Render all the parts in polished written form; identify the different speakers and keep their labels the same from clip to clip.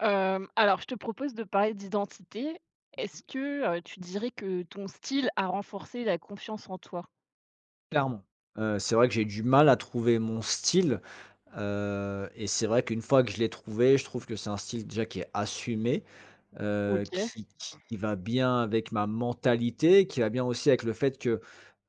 Speaker 1: Alors je te propose de parler d'identité. Est-ce que, tu dirais que ton style a renforcé la confiance en toi?
Speaker 2: Clairement. C'est vrai que j'ai du mal à trouver mon style, et c'est vrai qu'une fois que je l'ai trouvé, je trouve que c'est un style déjà qui est assumé,
Speaker 1: OK,
Speaker 2: qui va bien avec ma mentalité, qui va bien aussi avec le fait que…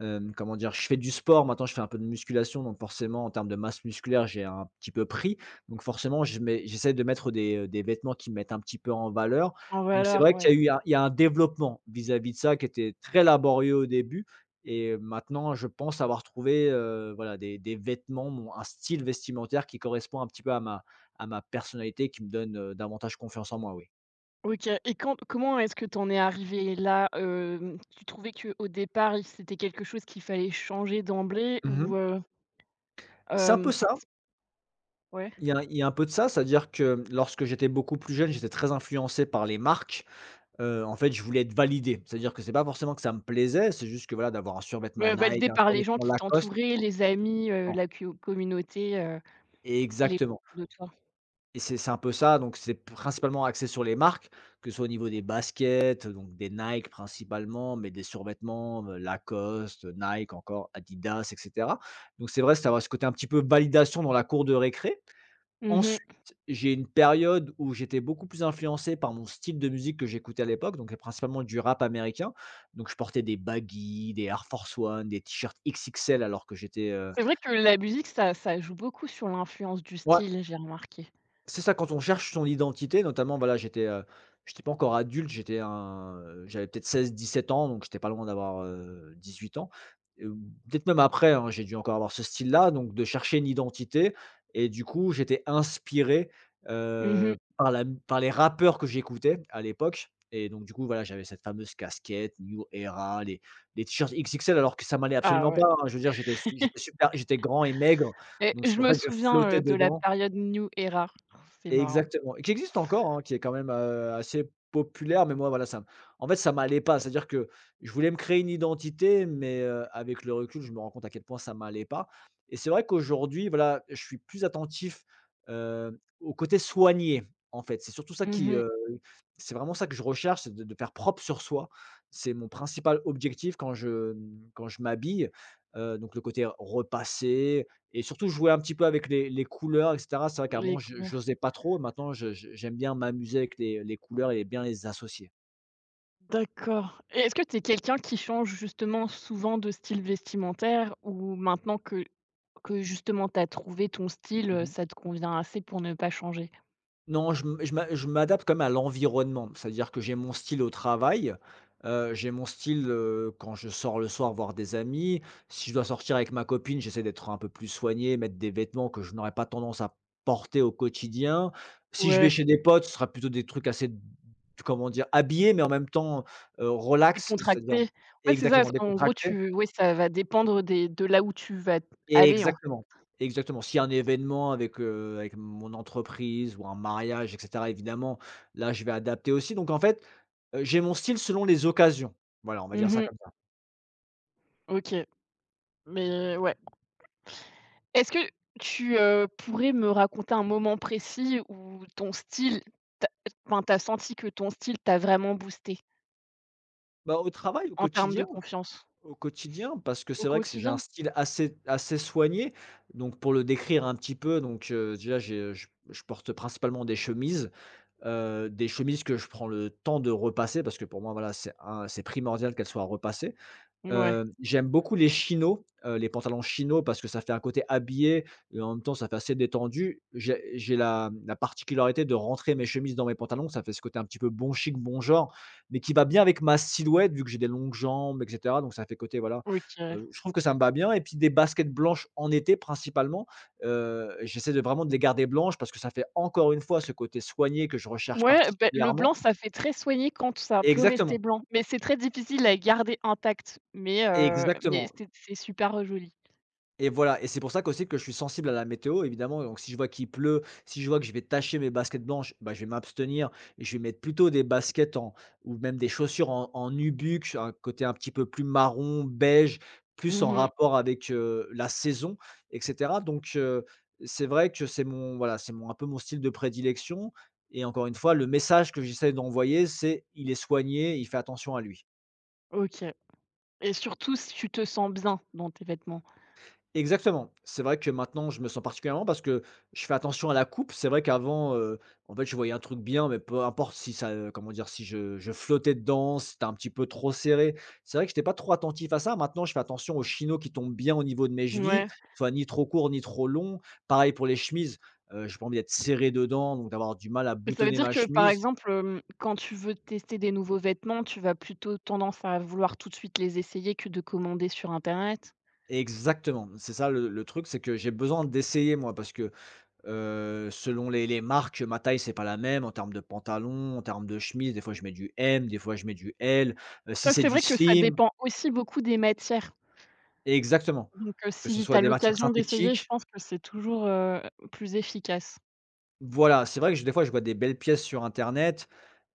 Speaker 2: Comment dire? Je fais du sport, maintenant je fais un peu de musculation, donc forcément en termes de masse musculaire, j'ai un petit peu pris. Donc forcément, je mets j'essaie de mettre des vêtements qui me mettent un petit peu en valeur.
Speaker 1: en
Speaker 2: Donc c'est
Speaker 1: valeur,
Speaker 2: vrai qu'il y
Speaker 1: ouais.
Speaker 2: a eu un il y a un développement vis-à-vis de ça qui était très laborieux au début et maintenant je pense avoir trouvé, voilà des vêtements, mon un style vestimentaire qui correspond un petit peu à ma… à ma personnalité, qui me donne, davantage confiance en moi, oui.
Speaker 1: OK, et quand comment est-ce que tu en es arrivé là? Tu trouvais que au départ, il c'était quelque chose qu'il fallait changer d'emblée ou,
Speaker 2: Mmh. C'est un
Speaker 1: hem,
Speaker 2: peu ça.
Speaker 1: c ouais?
Speaker 2: Il y a un peu de ça, c'est-à-dire que lorsque j'étais beaucoup plus jeune, j'étais très influencé par les marques. En fait, je voulais être validé. C'est-à-dire que c'est pas forcément que ça me plaisait, c'est juste que, voilà, d'avoir un survêtement
Speaker 1: Ouais,
Speaker 2: Nike,
Speaker 1: validé
Speaker 2: un
Speaker 1: par les gens
Speaker 2: survêtement
Speaker 1: qui
Speaker 2: Lacoste.
Speaker 1: t'entouraient, les amis,
Speaker 2: Non,
Speaker 1: la co communauté, les
Speaker 2: exactement,
Speaker 1: de toi?
Speaker 2: et c'est un peu ça, donc c'est principalement axé sur les marques, que ce soit au niveau des baskets, donc des Nike principalement, mais des survêtements, Lacoste, Nike encore, Adidas et cetera. Donc c'est vrai, c'est avoir ce côté un petit peu validation dans la cour de récré. Ensuite,
Speaker 1: Mmh.
Speaker 2: j'ai une période où j'étais beaucoup plus influencé par mon style de musique que j'écoutais à l'époque, donc, principalement du rap américain. Donc je portais des baggy, des Air Force One, des t-shirts XXL alors que j'étais,
Speaker 1: C'est vrai que la musique, ça joue beaucoup sur l'influence du
Speaker 2: ouais.
Speaker 1: style, j'ai remarqué.
Speaker 2: C'est ça, quand on cherche son identité, notamment, voilà, j'étais, j'étais pas encore adulte, j'avais peut-être 16-17 ans, donc j'étais pas loin d'avoir, 18 ans, heu, peut-être même après, hein, j'ai dû encore avoir ce style-là, donc de chercher une identité et du coup, j'étais inspiré,
Speaker 1: Mmh.
Speaker 2: par la par les rappeurs que j'écoutais à l'époque et donc du coup, voilà, j'avais cette fameuse casquette New Era, les t-shirts XXL alors que ça m'allait
Speaker 1: Ah
Speaker 2: absolument pas,
Speaker 1: ouais.
Speaker 2: hein. Je veux dire, j'étais su j'étais super j'étais grand et maigre,
Speaker 1: Et
Speaker 2: donc
Speaker 1: je
Speaker 2: c'est… en
Speaker 1: me
Speaker 2: fait, je
Speaker 1: souviens,
Speaker 2: flottais
Speaker 1: de la
Speaker 2: dedans.
Speaker 1: période New Era. C'est marrant.
Speaker 2: Exactement, qui existe encore, hein, qui est quand même, assez populaire, mais moi, voilà, ça m en fait, ça m'allait pas. C'est-à-dire que je voulais me créer une identité, mais, avec le recul, je me rends compte à quel point ça m'allait pas et c'est vrai qu'aujourd'hui, voilà, je suis plus attentif, au côté soigné, en fait.
Speaker 1: Mmh.
Speaker 2: C'est vraiment ça que je recherche, c'est de faire propre sur soi. C'est mon principal objectif quand je, quand je m'habille, donc le côté repassé, et surtout jouer un petit peu avec les couleurs et cetera. C'est vrai
Speaker 1: Les
Speaker 2: qu'avant je
Speaker 1: couleurs.
Speaker 2: j'osais pas trop, maintenant je j'aime bien m'amuser avec les couleurs et bien les associer.
Speaker 1: D'accord, et est-ce que tu es quelqu'un qui change justement souvent de style vestimentaire, ou maintenant que justement tu as trouvé ton style,
Speaker 2: Mmh.
Speaker 1: ça te convient assez pour ne pas changer?
Speaker 2: Non, je m'adapte quand même à l'environnement. C'est-à-dire que j'ai mon style au travail, j'ai mon style, quand je sors le soir voir des amis. Si je dois sortir avec ma copine, j'essaie d'être un peu plus soigné, mettre des vêtements que je n'aurais pas tendance à porter au quotidien. Si je vais
Speaker 1: Ouais,
Speaker 2: chez des potes, ce sera plutôt des trucs assez… comment dire? Habillés, mais en même temps, relax, c'est-à-dire…
Speaker 1: décontracté. Ouais, c'est ça,
Speaker 2: exactement,
Speaker 1: en gros
Speaker 2: décontractés.
Speaker 1: tu ouais, ça va dépendre des de là où tu vas aller, hein.
Speaker 2: Exactement, exactement. S'il y a un événement avec, avec mon entreprise ou un mariage et cetera, évidemment, là, je vais adapter aussi. Donc en fait, j'ai mon style selon les occasions. Voilà, on va dire
Speaker 1: Mmh
Speaker 2: ça
Speaker 1: mh.
Speaker 2: comme ça.
Speaker 1: OK, mais ouais. Est-ce que tu, pourrais me raconter un moment précis où ton style t'a enfin, tu senti que ton style t'a vraiment boosté
Speaker 2: Bah, au travail, au
Speaker 1: en termes de
Speaker 2: quotidien,
Speaker 1: confiance?
Speaker 2: au quotidien, parce que
Speaker 1: Au
Speaker 2: c'est vrai que c'est j'ai un
Speaker 1: quotidien?
Speaker 2: style assez soigné. Donc pour le décrire un petit peu, donc déjà, j'ai je porte principalement des chemises que je prends le temps de repasser parce que pour moi, voilà, c'est primordial qu'elles soient repassées.
Speaker 1: Ouais,
Speaker 2: J'aime beaucoup les chinos, les pantalons chinos parce que ça fait un côté habillé et en même temps ça fait assez détendu. J'ai la particularité de rentrer mes chemises dans mes pantalons, ça fait ce côté un petit peu bon chic, bon genre, mais qui va bien avec ma silhouette vu que j'ai des longues jambes et cetera, donc ça fait côté voilà,
Speaker 1: OK.
Speaker 2: je trouve que ça me va bien et puis des baskets blanches en été principalement, j'essaie de les garder blanches parce que ça fait encore une fois ce côté soigné que je recherche
Speaker 1: Ouais, beh, le blanc,
Speaker 2: particulièrement.
Speaker 1: ça fait très soigné quand ça peut rester
Speaker 2: Exactement,
Speaker 1: blanc, mais c'est très difficile à garder intact, mais
Speaker 2: exactement.
Speaker 1: c'est super joli.
Speaker 2: Et voilà, et c'est pour ça qu'aussi que je suis sensible à la météo, évidemment. Donc si je vois qu'il pleut, si je vois que je vais tacher mes baskets blanches, bah, je vais m'abstenir et je vais mettre plutôt des baskets en… ou même des chaussures en nubuck, un côté un petit peu plus marron, beige, plus en
Speaker 1: Mmh.
Speaker 2: rapport avec, la saison et cetera. C'est vrai que c'est mon voilà, c'est mon… un peu mon style de prédilection et encore une fois, le message que j'essaie d'envoyer, c'est: «Il est soigné, il fait attention à lui».
Speaker 1: OK, et surtout si tu te sens bien dans tes vêtements.
Speaker 2: Exactement. C'est vrai que maintenant, je me sens particulièrement… parce que je fais attention à la coupe. C'est vrai qu'avant, en fait, je voyais un truc bien, mais peu importe si ça, comment dire? Si je flottais dedans, si c'était un petit peu trop serré. C'est vrai que j'étais pas trop attentif à ça. Maintenant, je fais attention aux chinos qui tombent bien au niveau de mes chevilles,
Speaker 1: Ouais.
Speaker 2: soit ni trop court ni trop long. Pareil pour les chemises, j'ai pas envie d'être serré dedans, donc d'avoir du mal à
Speaker 1: Ça veut
Speaker 2: boutonner
Speaker 1: dire
Speaker 2: ma
Speaker 1: que, par
Speaker 2: chemise.
Speaker 1: exemple, quand tu veux tester des nouveaux vêtements, tu vas plutôt tendance à vouloir tout de suite les essayer que de commander sur internet?
Speaker 2: Exactement. C'est ça le truc, c'est que j'ai besoin d'essayer, moi, parce que… selon les marques, ma taille, c'est pas la même en termes de pantalon, en termes de chemise. Des fois, je mets du M, des fois, je mets du L. Si
Speaker 1: Ça,
Speaker 2: c'est
Speaker 1: c'est
Speaker 2: du
Speaker 1: vrai que ça
Speaker 2: slim…
Speaker 1: dépend aussi beaucoup des matières.
Speaker 2: exactement.
Speaker 1: Donc,
Speaker 2: Que ce
Speaker 1: si tu as
Speaker 2: soit des matières
Speaker 1: l'occasion d'essayer, je
Speaker 2: synthétiques…
Speaker 1: pense que c'est toujours, plus efficace.
Speaker 2: Voilà, c'est vrai que je des fois, je vois des belles pièces sur internet,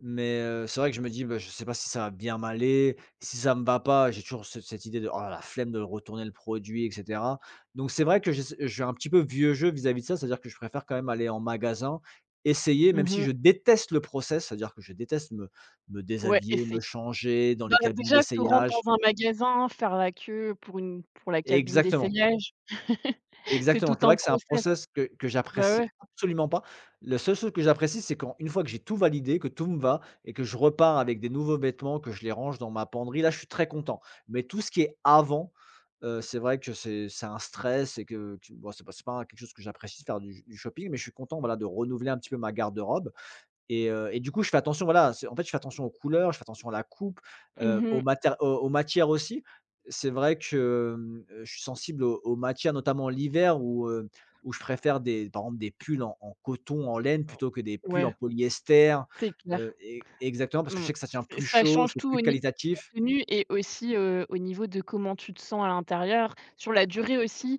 Speaker 2: mais c'est vrai que je me dis: «Bah, je sais pas si ça va bien m'aller, si ça me va pas», j'ai toujours ce cette idée de: «Oh, la flemme de retourner le produit» et cetera. Donc c'est vrai que j'essa je suis un petit peu vieux jeu vis-à-vis de ça, c'est-à-dire que je préfère quand même aller en magasin, essayer, même si
Speaker 1: Mmh.
Speaker 2: je déteste le process, c'est-à-dire que je déteste me
Speaker 1: Ouais,
Speaker 2: déshabiller,
Speaker 1: essayer.
Speaker 2: me changer dans
Speaker 1: Bah,
Speaker 2: les cabines
Speaker 1: déjà se rendre
Speaker 2: d'essayage.
Speaker 1: dans un magasin, faire la queue pour une pour la cabine
Speaker 2: Exactement.
Speaker 1: d'essayage. C'est tout
Speaker 2: Exactement, c'est
Speaker 1: un
Speaker 2: vrai que c'est un
Speaker 1: process.
Speaker 2: process que
Speaker 1: Bah,
Speaker 2: j'apprécie
Speaker 1: ouais.
Speaker 2: absolument pas. La seule chose que j'apprécie, c'est quand, une fois que j'ai tout validé, que tout me va et que je repars avec des nouveaux vêtements, que je les range dans ma penderie, là, je suis très content. Mais tout ce qui est avant, c'est vrai que c'est un stress et que bon, c'est pas quelque chose que j'apprécie, de faire du shopping, mais je suis content, voilà, de renouveler un petit peu ma garde-robe. Et du coup, je fais attention, voilà, c'est… en fait, je fais attention aux couleurs, je fais attention à la coupe,
Speaker 1: Mmh.
Speaker 2: aux matières aussi. C'est vrai que, je suis sensible aux matières, notamment l'hiver où, où je préfère des… par exemple des pulls en coton, en laine plutôt que des pulls en
Speaker 1: Ouais,
Speaker 2: polyester,
Speaker 1: c'est clair.
Speaker 2: e exactement parce que je
Speaker 1: Mmh.
Speaker 2: sais que ça tient
Speaker 1: C'est
Speaker 2: plus
Speaker 1: ça
Speaker 2: chaud,
Speaker 1: change
Speaker 2: c'est
Speaker 1: tout au
Speaker 2: plus
Speaker 1: niveau
Speaker 2: qualitatif.
Speaker 1: tenue et aussi, au niveau de comment tu te sens à l'intérieur. Sur la durée aussi,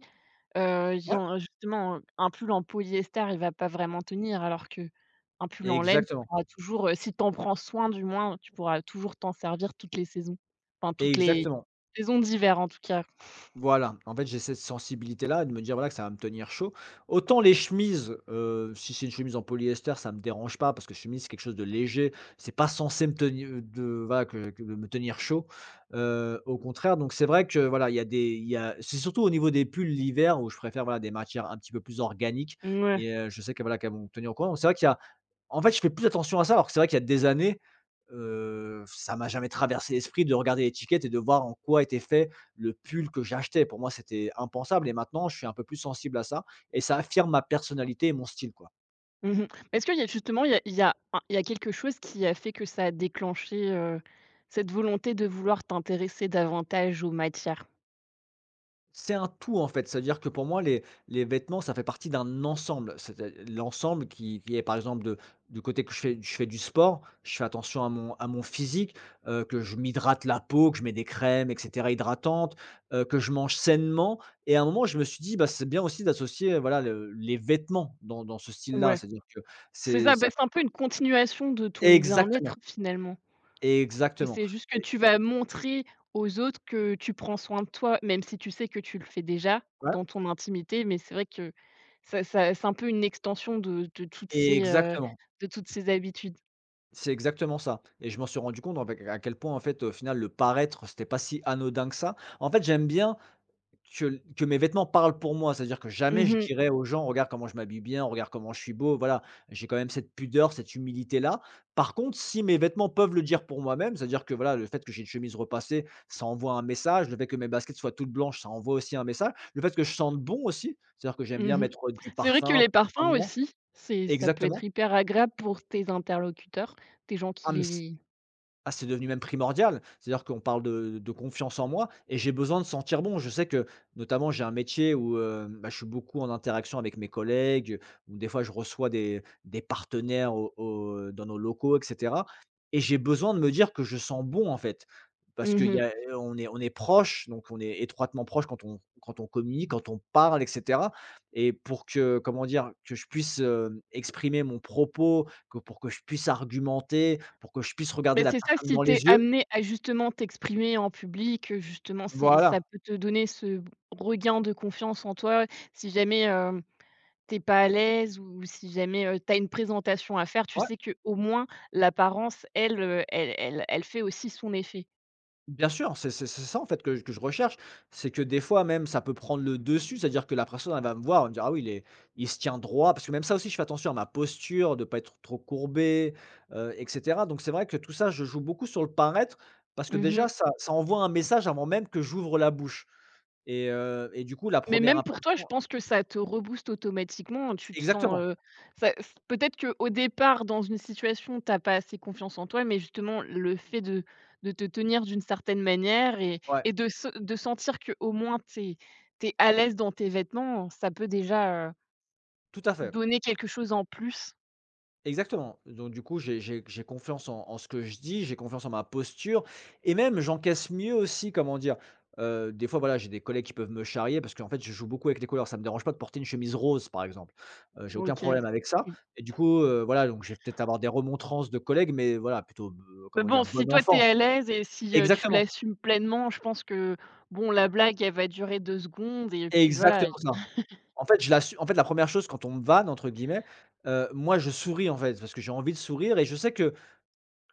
Speaker 1: il y
Speaker 2: Ouais,
Speaker 1: en justement, un pull en polyester, il va pas vraiment tenir alors qu'un pull en laine, tu
Speaker 2: exactement,
Speaker 1: pourras toujours, si tu en prends soin du moins, tu pourras toujours t'en servir toutes les saisons. Enfin toutes les
Speaker 2: exactement.
Speaker 1: saisons d'hiver en tout cas.
Speaker 2: Voilà, en fait, j'ai cette sensibilité-là, de me dire, voilà, que ça va me tenir chaud. Autant les chemises, si c'est une chemise en polyester, ça me dérange pas parce que chemise, c'est quelque chose de léger, c'est pas censé me tenir… de voilà, que de me tenir chaud, au contraire, donc c'est vrai que, voilà, il y a c'est surtout au niveau des pulls l'hiver où je préfère, voilà, des matières un petit peu plus organiques
Speaker 1: Mouais.
Speaker 2: et je sais que, voilà, qu'elles vont me tenir au courant, donc c'est vrai qu'il y a en fait, je fais plus attention à ça, alors que c'est vrai qu'il y a des années, ça m'a jamais traversé l'esprit de regarder l'étiquette et de voir en quoi était fait le pull que j'achetais. Pour moi, c'était impensable et maintenant, je suis un peu plus sensible à ça et ça affirme ma personnalité et mon style, quoi.
Speaker 1: Mmh mh. Est-ce qu'il y a justement, il y a quelque chose qui a fait que ça a déclenché, cette volonté de vouloir t'intéresser davantage aux matières?
Speaker 2: C'est un tout en fait, c'est-à-dire que pour moi les vêtements ça fait partie d'un ensemble. C'est-à l'ensemble qui est par exemple de du côté que je fais du sport, je fais attention à mon physique, que je m'hydrate la peau, que je mets des crèmes et cetera hydratantes, que je mange sainement et à un moment je me suis dit: «Bah, c'est bien aussi d'associer, voilà le les vêtements dans ce style-là».
Speaker 1: Ouais.
Speaker 2: C'est-à-dire que
Speaker 1: C'est
Speaker 2: c'est
Speaker 1: ça,
Speaker 2: ça
Speaker 1: bah, c'est
Speaker 2: fait
Speaker 1: un peu une continuation de ton bien-être
Speaker 2: exactement,
Speaker 1: finalement, et
Speaker 2: exactement
Speaker 1: c'est juste que
Speaker 2: et
Speaker 1: tu vas montrer aux autres que tu prends soin de toi, même si tu sais que tu le fais déjà
Speaker 2: ouais,
Speaker 1: dans ton intimité, mais c'est vrai que ça c'est un peu une extension
Speaker 2: exactement.
Speaker 1: de toutes ces habitudes.
Speaker 2: C'est exactement ça et je m'en suis rendu compte en fait à quel point en fait, au final, le paraître, c'était pas si anodin que ça. En fait, j'aime bien que que mes vêtements parlent pour moi, c'est-à-dire que jamais
Speaker 1: Mmh
Speaker 2: je
Speaker 1: mh,
Speaker 2: dirais aux gens: «Regarde comment je m'habille bien, regarde comment je suis beau», voilà. J'ai quand même cette pudeur, cette humilité-là. Par contre, si mes vêtements peuvent le dire pour moi-même, c'est-à-dire que voilà, le fait que j'ai une chemise repassée, ça envoie un message, le fait que mes baskets soient toutes blanches, ça envoie aussi un message, le fait que je sente bon aussi, c'est-à-dire que j'aime bien
Speaker 1: mmh.
Speaker 2: mettre, du
Speaker 1: C'est vrai que
Speaker 2: parfum,
Speaker 1: les
Speaker 2: prendre soin de
Speaker 1: parfums
Speaker 2: moi
Speaker 1: aussi, c'est ça peut être
Speaker 2: exactement.
Speaker 1: hyper agréable pour tes interlocuteurs, tes gens qui
Speaker 2: Ah mais
Speaker 1: les.
Speaker 2: ah, c'est devenu même primordial. C'est-à-dire qu'on parle de confiance en moi et j'ai besoin de sentir bon. Je sais que notamment j'ai un métier où, bah, je suis beaucoup en interaction avec mes collègues, où des fois je reçois des partenaires au dans nos locaux et cetera et j'ai besoin de me dire que je sens bon, en fait. Parce qu'il y a on est proche, donc on est étroitement proche quand on quand on communique, quand on parle et cetera et pour que, comment dire? Que je puisse, exprimer mon propos que pour que je puisse argumenter, pour que je puisse regarder
Speaker 1: Mais
Speaker 2: la
Speaker 1: c'est ça,
Speaker 2: personne
Speaker 1: si
Speaker 2: dans
Speaker 1: tu es
Speaker 2: les yeux.
Speaker 1: amené à justement t'exprimer en public, justement, si ça
Speaker 2: Voilà,
Speaker 1: peut te donner ce regain de confiance en toi, si jamais, tu pas à l'aise, ou si jamais, tu une présentation à faire, tu
Speaker 2: ouais,
Speaker 1: sais que au moins l'apparence, elle, elle fait aussi son effet.
Speaker 2: bien sûr, c'est ça en fait que je recherche. C'est que des fois même, ça peut prendre le dessus, c'est-à-dire que la personne, elle va me voir, elle va me dire: «Ah oui, il se tient droit». Parce que même ça aussi, je fais attention à ma posture, de ne pas être trop courbé, et cetera. Donc c'est vrai que tout ça, je joue beaucoup sur le paraître, parce que
Speaker 1: Mmh.
Speaker 2: déjà ça envoie un message avant même que j'ouvre la bouche et du coup la
Speaker 1: Mais
Speaker 2: première
Speaker 1: même pour toi, je
Speaker 2: impression
Speaker 1: pense que ça te rebooste automatiquement, hein. Tu te sens,
Speaker 2: exactement,
Speaker 1: ça s peut-être que au départ, dans une situation, t'as pas assez confiance en toi, mais justement le fait de te tenir d'une certaine manière
Speaker 2: ouais,
Speaker 1: et de se de sentir que au moins t'es es à l'aise dans tes vêtements, ça peut déjà,
Speaker 2: tout à fait.
Speaker 1: donner quelque chose en plus.
Speaker 2: Exactement. Donc du coup, j'ai confiance en en ce que je dis, j'ai confiance en ma posture et même j'encaisse mieux aussi, comment dire? Des fois, voilà, j'ai des collègues qui peuvent me charrier parce qu'en fait, je joue beaucoup avec les couleurs. Ça me dérange pas de porter une chemise rose, par exemple. J'ai aucun
Speaker 1: OK.
Speaker 2: problème avec ça
Speaker 1: Mmh.
Speaker 2: et du coup, voilà, donc je vais peut-être avoir des remontrances de collègues, mais voilà, plutôt b
Speaker 1: Mais
Speaker 2: comment
Speaker 1: bon,
Speaker 2: dire? Bon
Speaker 1: si toi t'es
Speaker 2: enfant.
Speaker 1: à l'aise et si, tu
Speaker 2: Exactement,
Speaker 1: l'assumes pleinement, je pense que, bon, la blague, elle va durer 2 secondes et puis voilà,
Speaker 2: exactement ça. En fait, je l'assu en fait, la première chose quand on me «vanne» entre guillemets, moi je souris en fait, parce que j'ai envie de sourire et je sais que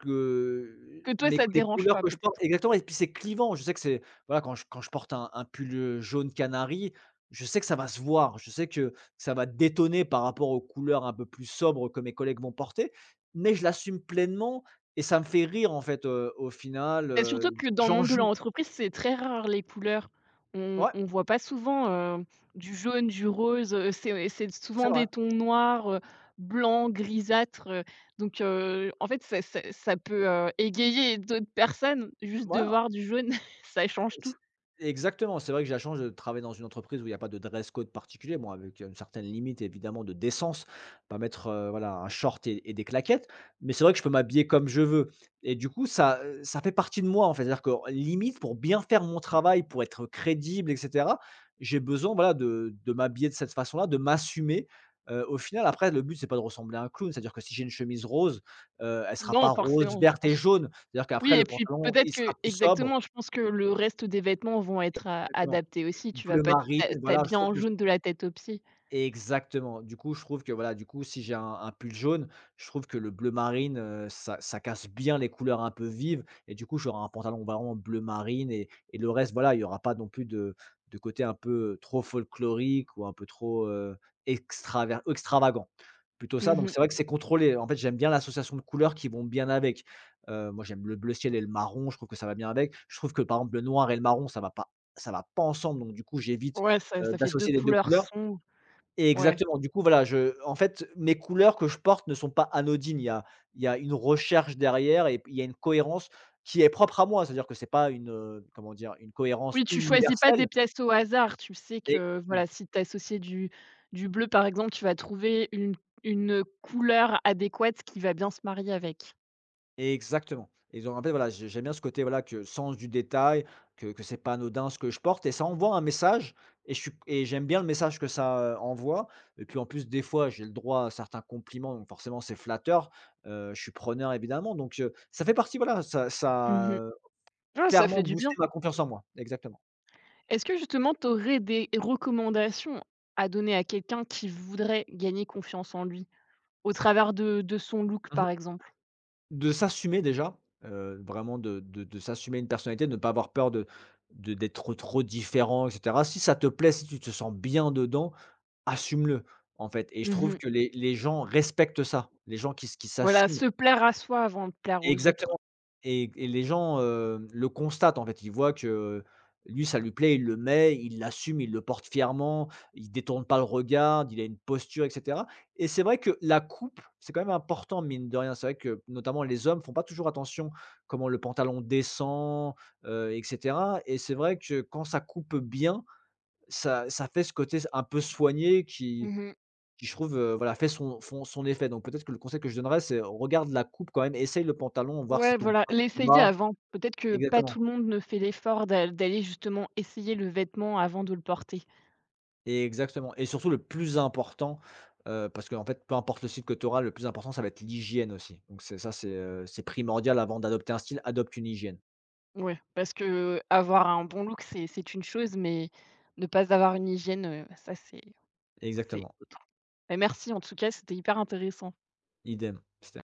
Speaker 2: Que
Speaker 1: que toi
Speaker 2: mes
Speaker 1: ça te
Speaker 2: les
Speaker 1: dérange
Speaker 2: couleurs
Speaker 1: pas
Speaker 2: que je porte
Speaker 1: peut-être.
Speaker 2: exactement et puis c'est clivant. Je sais que c'est voilà, quand je porte un pull, jaune canari, je sais que ça va se voir. Je sais que ça va détonner par rapport aux couleurs un peu plus sobres que mes collègues vont porter, mais je l'assume pleinement et ça me fait rire en fait, au final,
Speaker 1: Bah, surtout que dans le
Speaker 2: j'en
Speaker 1: monde de
Speaker 2: joue.
Speaker 1: l'entreprise, c'est très rare les couleurs. On
Speaker 2: Ouais,
Speaker 1: on voit pas souvent, heu, du jaune, du rose, c'est
Speaker 2: c'est
Speaker 1: souvent
Speaker 2: vrai.
Speaker 1: des tons noirs, blancs, grisâtres, en fait, ça peut, égayer d'autres personnes, juste de
Speaker 2: Ouais.
Speaker 1: voir du jaune, ça change tout.
Speaker 2: C exactement, c'est vrai que j'ai la chance de travailler dans une entreprise où il n'y a pas de dress code particulier, bon avec une certaine limite évidemment de décence, pas mettre, voilà un short et des claquettes, mais c'est vrai que je peux m'habiller comme je veux et du coup ça, ça fait partie de moi, en fait. C'est-à-dire que limite pour bien faire mon travail, pour être crédible et cetera, j'ai besoin voilà de m'habiller de cette façon-là, de m'assumer, au final après le but c'est pas de ressembler à un clown, c'est-à-dire que si j'ai une chemise rose, elle sera
Speaker 1: Non,
Speaker 2: pas rose,
Speaker 1: forcément, je
Speaker 2: verte et
Speaker 1: pense.
Speaker 2: jaune, c'est-à-dire qu'après
Speaker 1: Oui, et
Speaker 2: le
Speaker 1: puis
Speaker 2: pantalon,
Speaker 1: peut-être
Speaker 2: il
Speaker 1: que
Speaker 2: sera plus sobre
Speaker 1: exactement, je pense que le reste des vêtements vont être a
Speaker 2: exactement.
Speaker 1: adaptés aussi. Tu vas
Speaker 2: Bleu
Speaker 1: pas
Speaker 2: marine, voilà, je
Speaker 1: t'habiller
Speaker 2: trouve
Speaker 1: en
Speaker 2: que
Speaker 1: jaune de la tête aux pieds.
Speaker 2: exactement. Du coup, je trouve que voilà, du coup, si j'ai un pull jaune, je trouve que le bleu marine, ça, ça casse bien les couleurs un peu vives. Et du coup, j'aurai un pantalon vraiment bleu marine et le reste, voilà, il n'y aura pas non plus de côté un peu trop folklorique ou un peu trop extravagant. Plutôt ça.
Speaker 1: Mmh
Speaker 2: Donc,
Speaker 1: mh.
Speaker 2: c'est vrai que c'est contrôlé. En fait, j'aime bien l'association de couleurs qui vont bien avec. Moi, j'aime le bleu ciel et le marron. Je trouve que ça va bien avec. Je trouve que par exemple, le noir et le marron, ça va pas ensemble. Donc, du coup, j'évite
Speaker 1: Ouais, ça ça fait deux
Speaker 2: d'associer les deux
Speaker 1: couleurs
Speaker 2: couleurs.
Speaker 1: sombres. Ouais.
Speaker 2: Exactement, du coup, voilà, je en fait, mes couleurs que je porte ne sont pas anodines. Il y a une recherche derrière et il y a une cohérence qui est propre à moi. C'est-à-dire que c'est pas une, comment dire? Une cohérence
Speaker 1: Oui, tu choisis pas des
Speaker 2: universelle.
Speaker 1: pièces au hasard. Tu sais que, voilà,
Speaker 2: Exactement,
Speaker 1: si tu associé du bleu, par exemple, tu vas trouver une, couleur adéquate qui va bien se marier avec.
Speaker 2: exactement et donc en fait, voilà, j'aime bien ce côté, voilà, que sens du détail, que c'est pas anodin ce que je porte et ça envoie un message et je suis et j'aime bien le message que ça, envoie et puis en plus, des fois, j'ai le droit à certains compliments, donc forcément, c'est flatteur. Je suis preneur évidemment, donc ça fait partie, voilà, ça
Speaker 1: Mmh.
Speaker 2: ça,
Speaker 1: Ah, ça
Speaker 2: Clairement
Speaker 1: fait du bien.
Speaker 2: booster ma confiance en moi, exactement.
Speaker 1: Est-ce que justement, tu aurais des recommandations à donner à quelqu'un qui voudrait gagner confiance en lui, au travers de son look,
Speaker 2: Mmh
Speaker 1: par
Speaker 2: mh.
Speaker 1: exemple?
Speaker 2: De s'assumer déjà, vraiment de s'assumer une personnalité, de ne pas avoir peur de d'être trop différent et cetera. Si ça te plaît, si tu te sens bien dedans, assume-le, en fait et je trouve
Speaker 1: Mmh.
Speaker 2: que les gens respectent ça. Les gens qui s qui
Speaker 1: Voilà,
Speaker 2: s'assument
Speaker 1: se plaire à soi avant de plaire aux autres.
Speaker 2: exactement et les gens, le constatent, en fait. Ils voient que lui, ça lui plaît, il le met, il l'assume, il le porte fièrement, il détourne pas le regard, il a une posture et cetera et c'est vrai que la coupe, c'est quand même important, mine de rien. C'est vrai que, notamment, les hommes font pas toujours attention comment le pantalon descend, et cetera et c'est vrai que quand ça coupe bien, ça fait ce côté un peu soigné
Speaker 1: Mmh.
Speaker 2: qui je trouve, voilà, fait son font son effet. Donc peut-être que le conseil que je donnerais, c'est regarde la coupe quand même, essaye le pantalon, voir si
Speaker 1: Ouais,
Speaker 2: ton
Speaker 1: voilà, l'essayer
Speaker 2: bas
Speaker 1: avant. Peut-être que pas
Speaker 2: exactement,
Speaker 1: tout le monde ne fait l'effort d'aller justement essayer le vêtement avant de le porter.
Speaker 2: exactement et surtout le plus important, parce que en fait, peu importe le style que tu auras, le plus important, ça va être l'hygiène aussi. Donc c'est ça, c'est primordial avant d'adopter un style, adopte une hygiène.
Speaker 1: Ouais, parce que avoir un bon look, c'est une chose, mais ne pas avoir une hygiène, ça, c'est
Speaker 2: Exactement,
Speaker 1: autre. Mais merci en tout cas, c'était hyper intéressant.
Speaker 2: idem, c'était